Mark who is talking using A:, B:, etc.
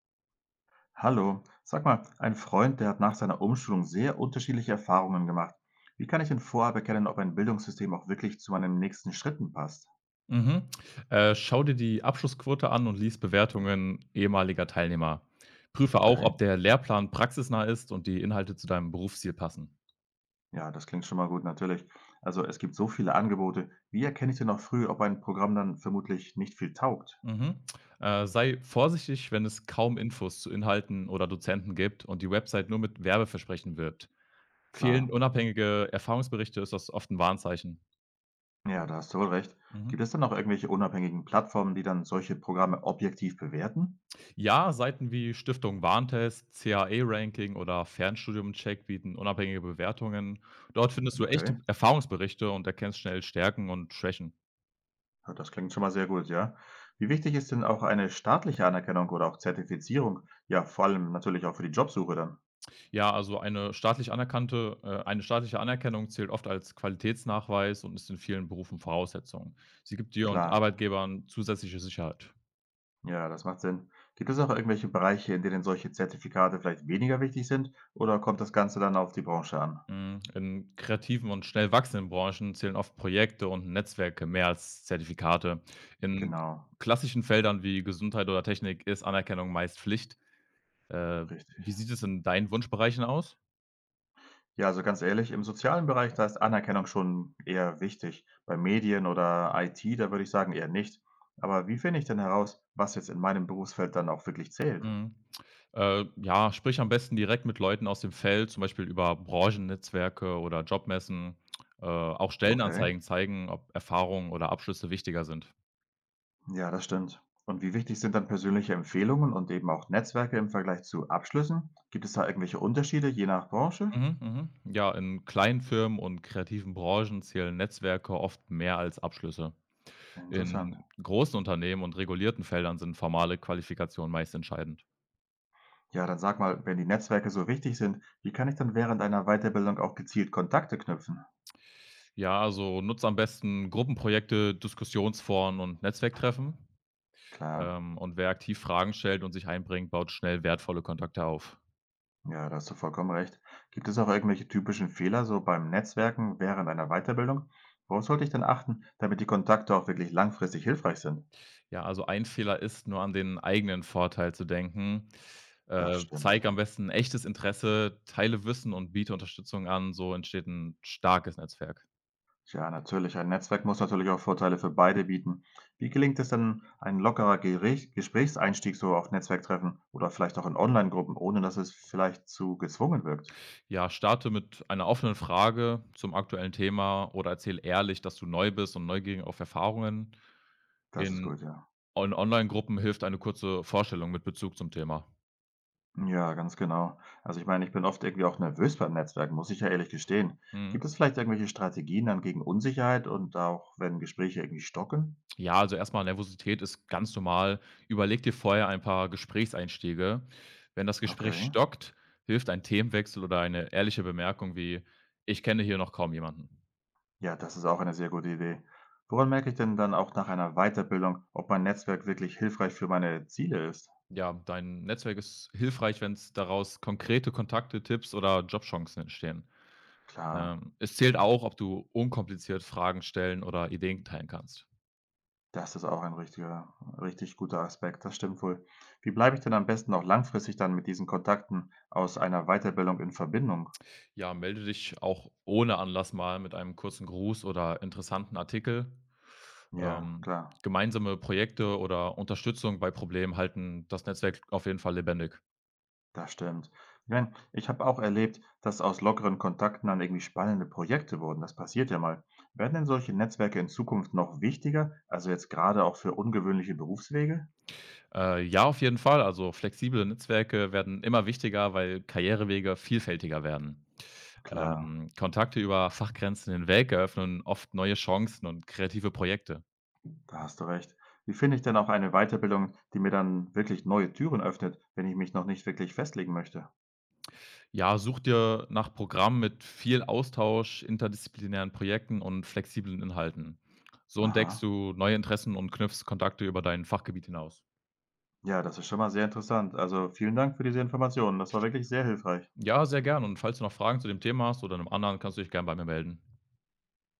A: Hallo, sag mal, ein Freund, der hat nach seiner Umschulung sehr unterschiedliche Erfahrungen gemacht. Wie kann ich denn vorab erkennen, ob ein Bildungssystem auch wirklich zu meinen nächsten Schritten passt?
B: Mhm. Schau dir die Abschlussquote an und lies Bewertungen ehemaliger Teilnehmer. Prüfe auch,
A: Okay,
B: ob der Lehrplan praxisnah ist und die Inhalte zu deinem Berufsziel passen.
A: ja, das klingt schon mal gut, natürlich. Also es gibt so viele Angebote. Wie erkenne ich denn auch früh, ob ein Programm dann vermutlich nicht viel taugt?
B: Mhm. Sei vorsichtig, wenn es kaum Infos zu Inhalten oder Dozenten gibt und die Website nur mit Werbeversprechen wirbt. Fehlen
A: Klar,
B: unabhängige Erfahrungsberichte, ist das oft ein Warnzeichen.
A: ja, da hast du wohl recht.
B: Mhm.
A: Gibt es dann auch irgendwelche unabhängigen Plattformen, die dann solche Programme objektiv bewerten?
B: Ja, Seiten wie Stiftung Warntest, CAE-Ranking oder Fernstudium-Check bieten unabhängige Bewertungen. Dort findest du
A: Okay.
B: echte Erfahrungsberichte und erkennst schnell Stärken und Schwächen.
A: Ja, das klingt schon mal sehr gut, ja. Wie wichtig ist denn auch eine staatliche Anerkennung oder auch Zertifizierung? Ja, vor allem natürlich auch für die Jobsuche dann.
B: Ja, also eine staatliche Anerkennung zählt oft als Qualitätsnachweis und ist in vielen Berufen Voraussetzung. Sie gibt dir und
A: Klar,
B: Arbeitgebern zusätzliche Sicherheit.
A: ja, das macht Sinn. Gibt es auch irgendwelche Bereiche, in denen solche Zertifikate vielleicht weniger wichtig sind oder kommt das Ganze dann auf die Branche an?
B: Hm, in kreativen und schnell wachsenden Branchen zählen oft Projekte und Netzwerke mehr als Zertifikate. In
A: Genau,
B: klassischen Feldern wie Gesundheit oder Technik ist Anerkennung meist Pflicht. Äh, Wie
A: richtig.
B: sieht es in deinen Wunschbereichen aus?
A: Ja, also ganz ehrlich, im sozialen Bereich, da ist Anerkennung schon eher wichtig. Bei Medien oder IT, da würde ich sagen eher nicht. Aber wie finde ich denn heraus, was jetzt in meinem Berufsfeld dann auch wirklich zählt?
B: Mhm. Ja, sprich am besten direkt mit Leuten aus dem Feld, zum Beispiel über Branchennetzwerke oder Jobmessen. Auch
A: Okay.
B: Stellenanzeigen zeigen, ob Erfahrungen oder Abschlüsse wichtiger sind.
A: Ja, das stimmt. Und wie wichtig sind dann persönliche Empfehlungen und eben auch Netzwerke im Vergleich zu Abschlüssen? Gibt es da irgendwelche Unterschiede je nach Branche?
B: Mhm, mhm. Ja, in kleinen Firmen und kreativen Branchen zählen Netzwerke oft mehr als Abschlüsse.
A: Interessant.
B: In großen Unternehmen und regulierten Feldern sind formale Qualifikationen meist entscheidend.
A: Ja, dann sag mal, wenn die Netzwerke so wichtig sind, wie kann ich dann während einer Weiterbildung auch gezielt Kontakte knüpfen?
B: Ja, also nutzt am besten Gruppenprojekte, Diskussionsforen und Netzwerktreffen.
A: Klar,
B: Und wer aktiv Fragen stellt und sich einbringt, baut schnell wertvolle Kontakte auf.
A: ja, da hast du vollkommen recht. Gibt es auch irgendwelche typischen Fehler so beim Netzwerken während einer Weiterbildung? Worauf sollte ich denn achten, damit die Kontakte auch wirklich langfristig hilfreich sind?
B: Ja, also ein Fehler ist, nur an den eigenen Vorteil zu denken.
A: Das stimmt.
B: Zeig am besten echtes Interesse, teile Wissen und biete Unterstützung an. So entsteht ein starkes Netzwerk.
A: Ja, natürlich. Ein Netzwerk muss natürlich auch Vorteile für beide bieten. Wie gelingt es denn, ein lockerer Gesprächseinstieg so auf Netzwerktreffen oder vielleicht auch in Online-Gruppen, ohne dass es vielleicht zu gezwungen wirkt?
B: Ja, starte mit einer offenen Frage zum aktuellen Thema oder erzähl ehrlich, dass du neu bist und neugierig auf Erfahrungen.
A: Das ist
B: In
A: gut, ja.
B: On Online-Gruppen hilft eine kurze Vorstellung mit Bezug zum Thema.
A: Ja, ganz genau. Also ich meine, ich bin oft irgendwie auch nervös beim Netzwerken, muss ich ja ehrlich gestehen.
B: Mhm.
A: Gibt es vielleicht irgendwelche Strategien dann gegen Unsicherheit und auch wenn Gespräche irgendwie stocken?
B: Ja, also erstmal: Nervosität ist ganz normal. Überleg dir vorher ein paar Gesprächseinstiege. Wenn das Gespräch
A: Okay.
B: stockt, hilft ein Themenwechsel oder eine ehrliche Bemerkung wie: Ich kenne hier noch kaum jemanden.
A: Ja, das ist auch eine sehr gute Idee. Woran merke ich denn dann auch nach einer Weiterbildung, ob mein Netzwerk wirklich hilfreich für meine Ziele ist?
B: Ja, dein Netzwerk ist hilfreich, wenn es daraus konkrete Kontakte, Tipps oder Jobchancen entstehen.
A: Klar.
B: Es zählt auch, ob du unkompliziert Fragen stellen oder Ideen teilen kannst.
A: Das ist auch ein richtig guter Aspekt, das stimmt wohl. Wie bleibe ich denn am besten auch langfristig dann mit diesen Kontakten aus einer Weiterbildung in Verbindung?
B: Ja, melde dich auch ohne Anlass mal mit einem kurzen Gruß oder interessanten Artikel.
A: Ja,
B: Ähm,
A: klar,
B: Gemeinsame Projekte oder Unterstützung bei Problemen halten das Netzwerk auf jeden Fall lebendig.
A: das stimmt. Ich meine, ich habe auch erlebt, dass aus lockeren Kontakten dann irgendwie spannende Projekte wurden. Das passiert ja mal. Werden denn solche Netzwerke in Zukunft noch wichtiger, also jetzt gerade auch für ungewöhnliche Berufswege?
B: Ja, auf jeden Fall. Also flexible Netzwerke werden immer wichtiger, weil Karrierewege vielfältiger werden.
A: Klar,
B: Kontakte über Fachgrenzen hinweg eröffnen oft neue Chancen und kreative Projekte.
A: da hast du recht. Wie finde ich denn auch eine Weiterbildung, die mir dann wirklich neue Türen öffnet, wenn ich mich noch nicht wirklich festlegen möchte?
B: Ja, such dir nach Programmen mit viel Austausch, interdisziplinären Projekten und flexiblen Inhalten. So entdeckst
A: Aha.
B: du neue Interessen und knüpfst Kontakte über dein Fachgebiet hinaus.
A: Ja, das ist schon mal sehr interessant. Also, vielen Dank für diese Informationen. Das war wirklich sehr hilfreich.
B: Ja, sehr gern. Und falls du noch Fragen zu dem Thema hast oder einem anderen, kannst du dich gern bei mir melden.